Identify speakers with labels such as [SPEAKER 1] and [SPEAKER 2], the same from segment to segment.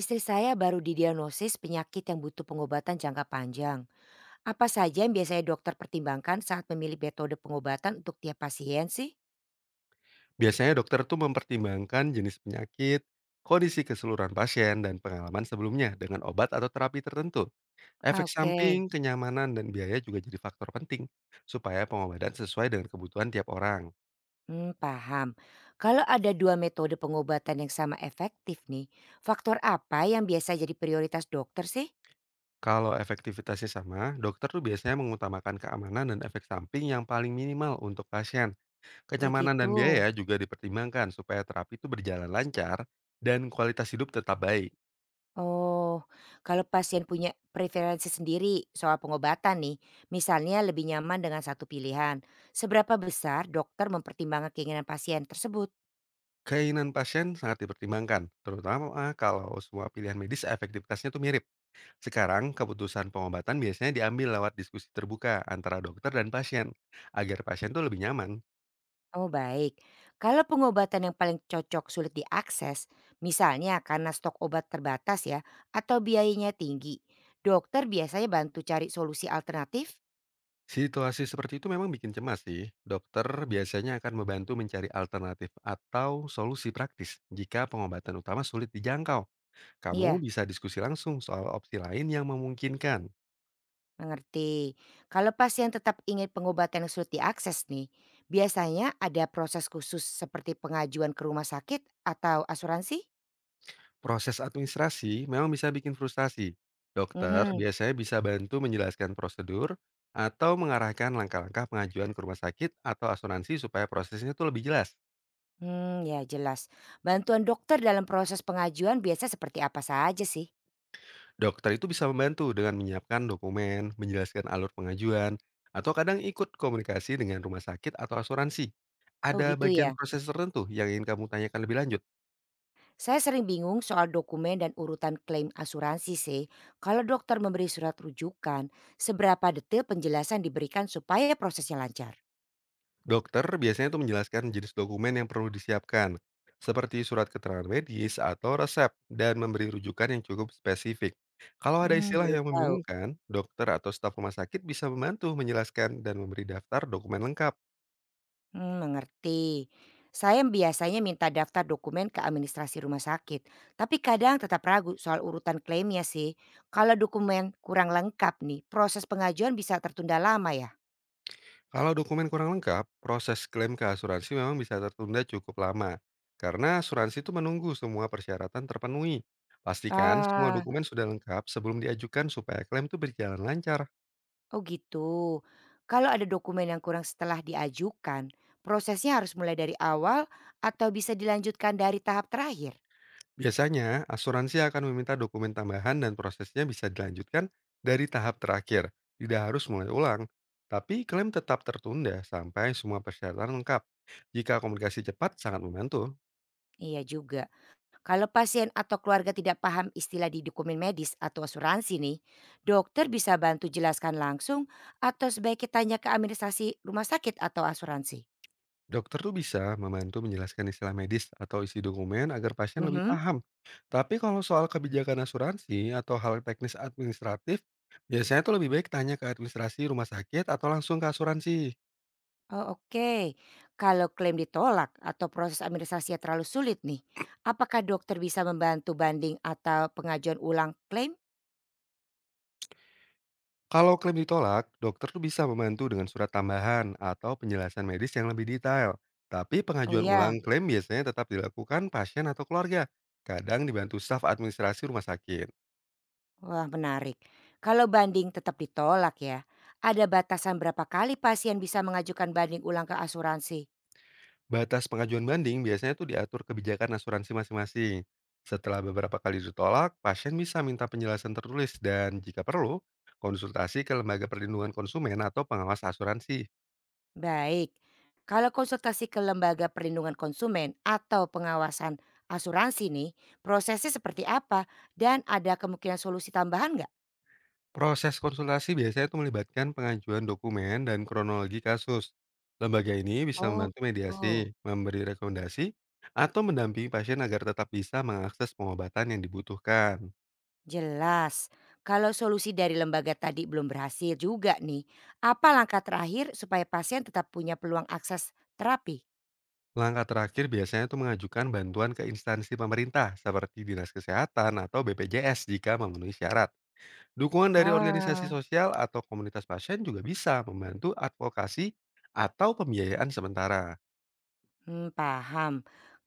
[SPEAKER 1] Istri saya baru didiagnosis penyakit yang butuh pengobatan jangka panjang. Apa saja yang biasanya dokter pertimbangkan saat memilih metode pengobatan untuk tiap pasien sih?
[SPEAKER 2] Biasanya dokter tuh mempertimbangkan jenis penyakit, kondisi keseluruhan pasien, dan pengalaman sebelumnya dengan obat atau terapi tertentu.
[SPEAKER 1] Ah,
[SPEAKER 2] Efek
[SPEAKER 1] oke.
[SPEAKER 2] samping, kenyamanan, dan biaya juga jadi faktor penting supaya pengobatan sesuai dengan kebutuhan tiap orang.
[SPEAKER 1] Paham. Kalau ada dua metode pengobatan yang sama efektif nih, faktor apa yang biasa jadi prioritas dokter sih?
[SPEAKER 2] Kalau efektivitasnya sama, dokter tuh biasanya mengutamakan keamanan dan efek samping yang paling minimal untuk pasien. Kenyamanan
[SPEAKER 1] Begitu.
[SPEAKER 2] dan biaya juga dipertimbangkan supaya terapi itu berjalan lancar dan kualitas hidup tetap baik.
[SPEAKER 1] Oh, kalau pasien punya preferensi sendiri soal pengobatan nih, misalnya lebih nyaman dengan satu pilihan, seberapa besar dokter mempertimbangkan keinginan pasien tersebut?
[SPEAKER 2] Keinginan pasien sangat dipertimbangkan, terutama kalau semua pilihan medis efektivitasnya tuh mirip. Sekarang, keputusan pengobatan biasanya diambil lewat diskusi terbuka antara dokter dan pasien, agar pasien tuh lebih nyaman.
[SPEAKER 1] Oh baik, kalau pengobatan yang paling cocok sulit diakses, misalnya karena stok obat terbatas ya, atau biayanya tinggi, dokter biasanya bantu cari solusi alternatif?
[SPEAKER 2] Situasi seperti itu memang bikin cemas sih. Dokter biasanya akan membantu mencari alternatif atau solusi praktis jika pengobatan utama sulit dijangkau.
[SPEAKER 1] Iya,
[SPEAKER 2] Kamu bisa diskusi langsung soal opsi lain yang memungkinkan.
[SPEAKER 1] mengerti. Kalau pasien tetap ingin pengobatan yang sulit diakses nih, biasanya ada proses khusus seperti pengajuan ke rumah sakit atau asuransi?
[SPEAKER 2] Proses administrasi memang bisa bikin frustasi. Dokter
[SPEAKER 1] Mhm.
[SPEAKER 2] biasanya bisa bantu menjelaskan prosedur atau mengarahkan langkah-langkah pengajuan ke rumah sakit atau asuransi supaya prosesnya itu lebih jelas.
[SPEAKER 1] Ya jelas. Bantuan dokter dalam proses pengajuan biasa seperti apa saja sih?
[SPEAKER 2] Dokter itu bisa membantu dengan menyiapkan dokumen, menjelaskan alur pengajuan, atau kadang ikut komunikasi dengan rumah sakit atau asuransi.
[SPEAKER 1] Oh
[SPEAKER 2] Ada
[SPEAKER 1] gitu
[SPEAKER 2] bagian
[SPEAKER 1] ya.
[SPEAKER 2] proses tertentu yang ingin kamu tanyakan lebih lanjut?
[SPEAKER 1] Saya sering bingung soal dokumen dan urutan klaim asuransi sih. Kalau dokter memberi surat rujukan, seberapa detail penjelasan diberikan supaya prosesnya lancar?
[SPEAKER 2] Dokter biasanya itu menjelaskan jenis dokumen yang perlu disiapkan, seperti surat keterangan medis atau resep, dan memberi rujukan yang cukup spesifik. Kalau ada istilah
[SPEAKER 1] Baru
[SPEAKER 2] yang
[SPEAKER 1] tahu.
[SPEAKER 2] membingungkan, dokter atau staf rumah sakit bisa membantu menjelaskan dan memberi daftar dokumen lengkap.
[SPEAKER 1] Mengerti. Saya biasanya minta daftar dokumen ke administrasi rumah sakit, tapi kadang tetap ragu soal urutan klaimnya sih. Kalau dokumen kurang lengkap nih, proses pengajuan bisa tertunda lama ya?
[SPEAKER 2] Kalau dokumen kurang lengkap, proses klaim ke asuransi memang bisa tertunda cukup lama, karena asuransi itu menunggu semua persyaratan terpenuhi. Pastikan semua
[SPEAKER 1] Ah,
[SPEAKER 2] dokumen sudah lengkap sebelum diajukan supaya klaim itu berjalan lancar.
[SPEAKER 1] oh gitu. Kalau ada dokumen yang kurang setelah diajukan, prosesnya harus mulai dari awal atau bisa dilanjutkan dari tahap terakhir?
[SPEAKER 2] Biasanya, asuransi akan meminta dokumen tambahan dan prosesnya bisa dilanjutkan dari tahap terakhir, tidak harus mulai ulang. Tapi klaim tetap tertunda sampai semua persyaratan lengkap. Jika komunikasi cepat sangat membantu,
[SPEAKER 1] Iya juga. Kalau pasien atau keluarga tidak paham istilah di dokumen medis atau asuransi nih, dokter bisa bantu jelaskan langsung atau sebaiknya tanya ke administrasi rumah sakit atau asuransi.
[SPEAKER 2] dokter tuh bisa membantu menjelaskan istilah medis atau isi dokumen agar pasien lebih
[SPEAKER 1] Mhm.
[SPEAKER 2] paham. Tapi kalau soal kebijakan asuransi atau hal teknis administratif, biasanya tuh lebih baik tanya ke administrasi rumah sakit atau langsung ke asuransi.
[SPEAKER 1] Oh, oke, kalau klaim ditolak atau proses administrasinya terlalu sulit nih, apakah dokter bisa membantu banding atau pengajuan ulang klaim?
[SPEAKER 2] Kalau klaim ditolak, dokter tuh bisa membantu dengan surat tambahan atau penjelasan medis yang lebih detail. Tapi
[SPEAKER 1] Oh
[SPEAKER 2] pengajuan
[SPEAKER 1] ya?
[SPEAKER 2] ulang klaim biasanya tetap dilakukan pasien atau keluarga, kadang dibantu staf administrasi rumah sakit.
[SPEAKER 1] Wah menarik. Kalau banding tetap ditolak ya, ada batasan berapa kali pasien bisa mengajukan banding ulang ke asuransi?
[SPEAKER 2] Batas pengajuan banding biasanya tuh diatur kebijakan asuransi masing-masing. Setelah beberapa kali ditolak, pasien bisa minta penjelasan tertulis dan jika perlu, konsultasi ke lembaga perlindungan konsumen atau pengawas asuransi.
[SPEAKER 1] Baik, kalau konsultasi ke lembaga perlindungan konsumen atau pengawasan asuransi nih, prosesnya seperti apa? Dan ada kemungkinan solusi tambahan nggak?
[SPEAKER 2] Proses konsultasi biasanya itu melibatkan pengajuan dokumen dan kronologi kasus. Lembaga ini bisa
[SPEAKER 1] Oh
[SPEAKER 2] membantu
[SPEAKER 1] gitu.
[SPEAKER 2] mediasi, memberi rekomendasi, atau mendampingi pasien agar tetap bisa mengakses pengobatan yang dibutuhkan.
[SPEAKER 1] Jelas. Kalau solusi dari lembaga tadi belum berhasil juga nih, apa langkah terakhir supaya pasien tetap punya peluang akses terapi?
[SPEAKER 2] Langkah terakhir biasanya itu mengajukan bantuan ke instansi pemerintah seperti Dinas Kesehatan atau BPJS jika memenuhi syarat. Dukungan dari organisasi
[SPEAKER 1] Ah,
[SPEAKER 2] sosial atau komunitas pasien juga bisa membantu advokasi atau pembiayaan sementara.
[SPEAKER 1] Paham.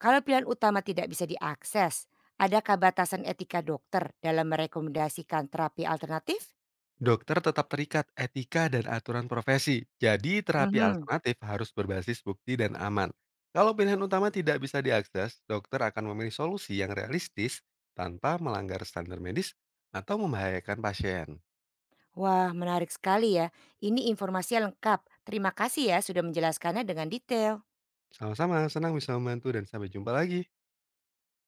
[SPEAKER 1] Kalau pilihan utama tidak bisa diakses, adakah batasan etika dokter dalam merekomendasikan terapi alternatif?
[SPEAKER 2] Dokter tetap terikat etika dan aturan profesi, jadi terapi
[SPEAKER 1] Mhm.
[SPEAKER 2] alternatif harus berbasis bukti dan aman. Kalau pilihan utama tidak bisa diakses, dokter akan memilih solusi yang realistis tanpa melanggar standar medis atau membahayakan pasien.
[SPEAKER 1] Wah, menarik sekali ya. Ini informasi lengkap. Terima kasih ya sudah menjelaskannya dengan detail.
[SPEAKER 2] Sama-sama, senang bisa membantu dan sampai jumpa lagi.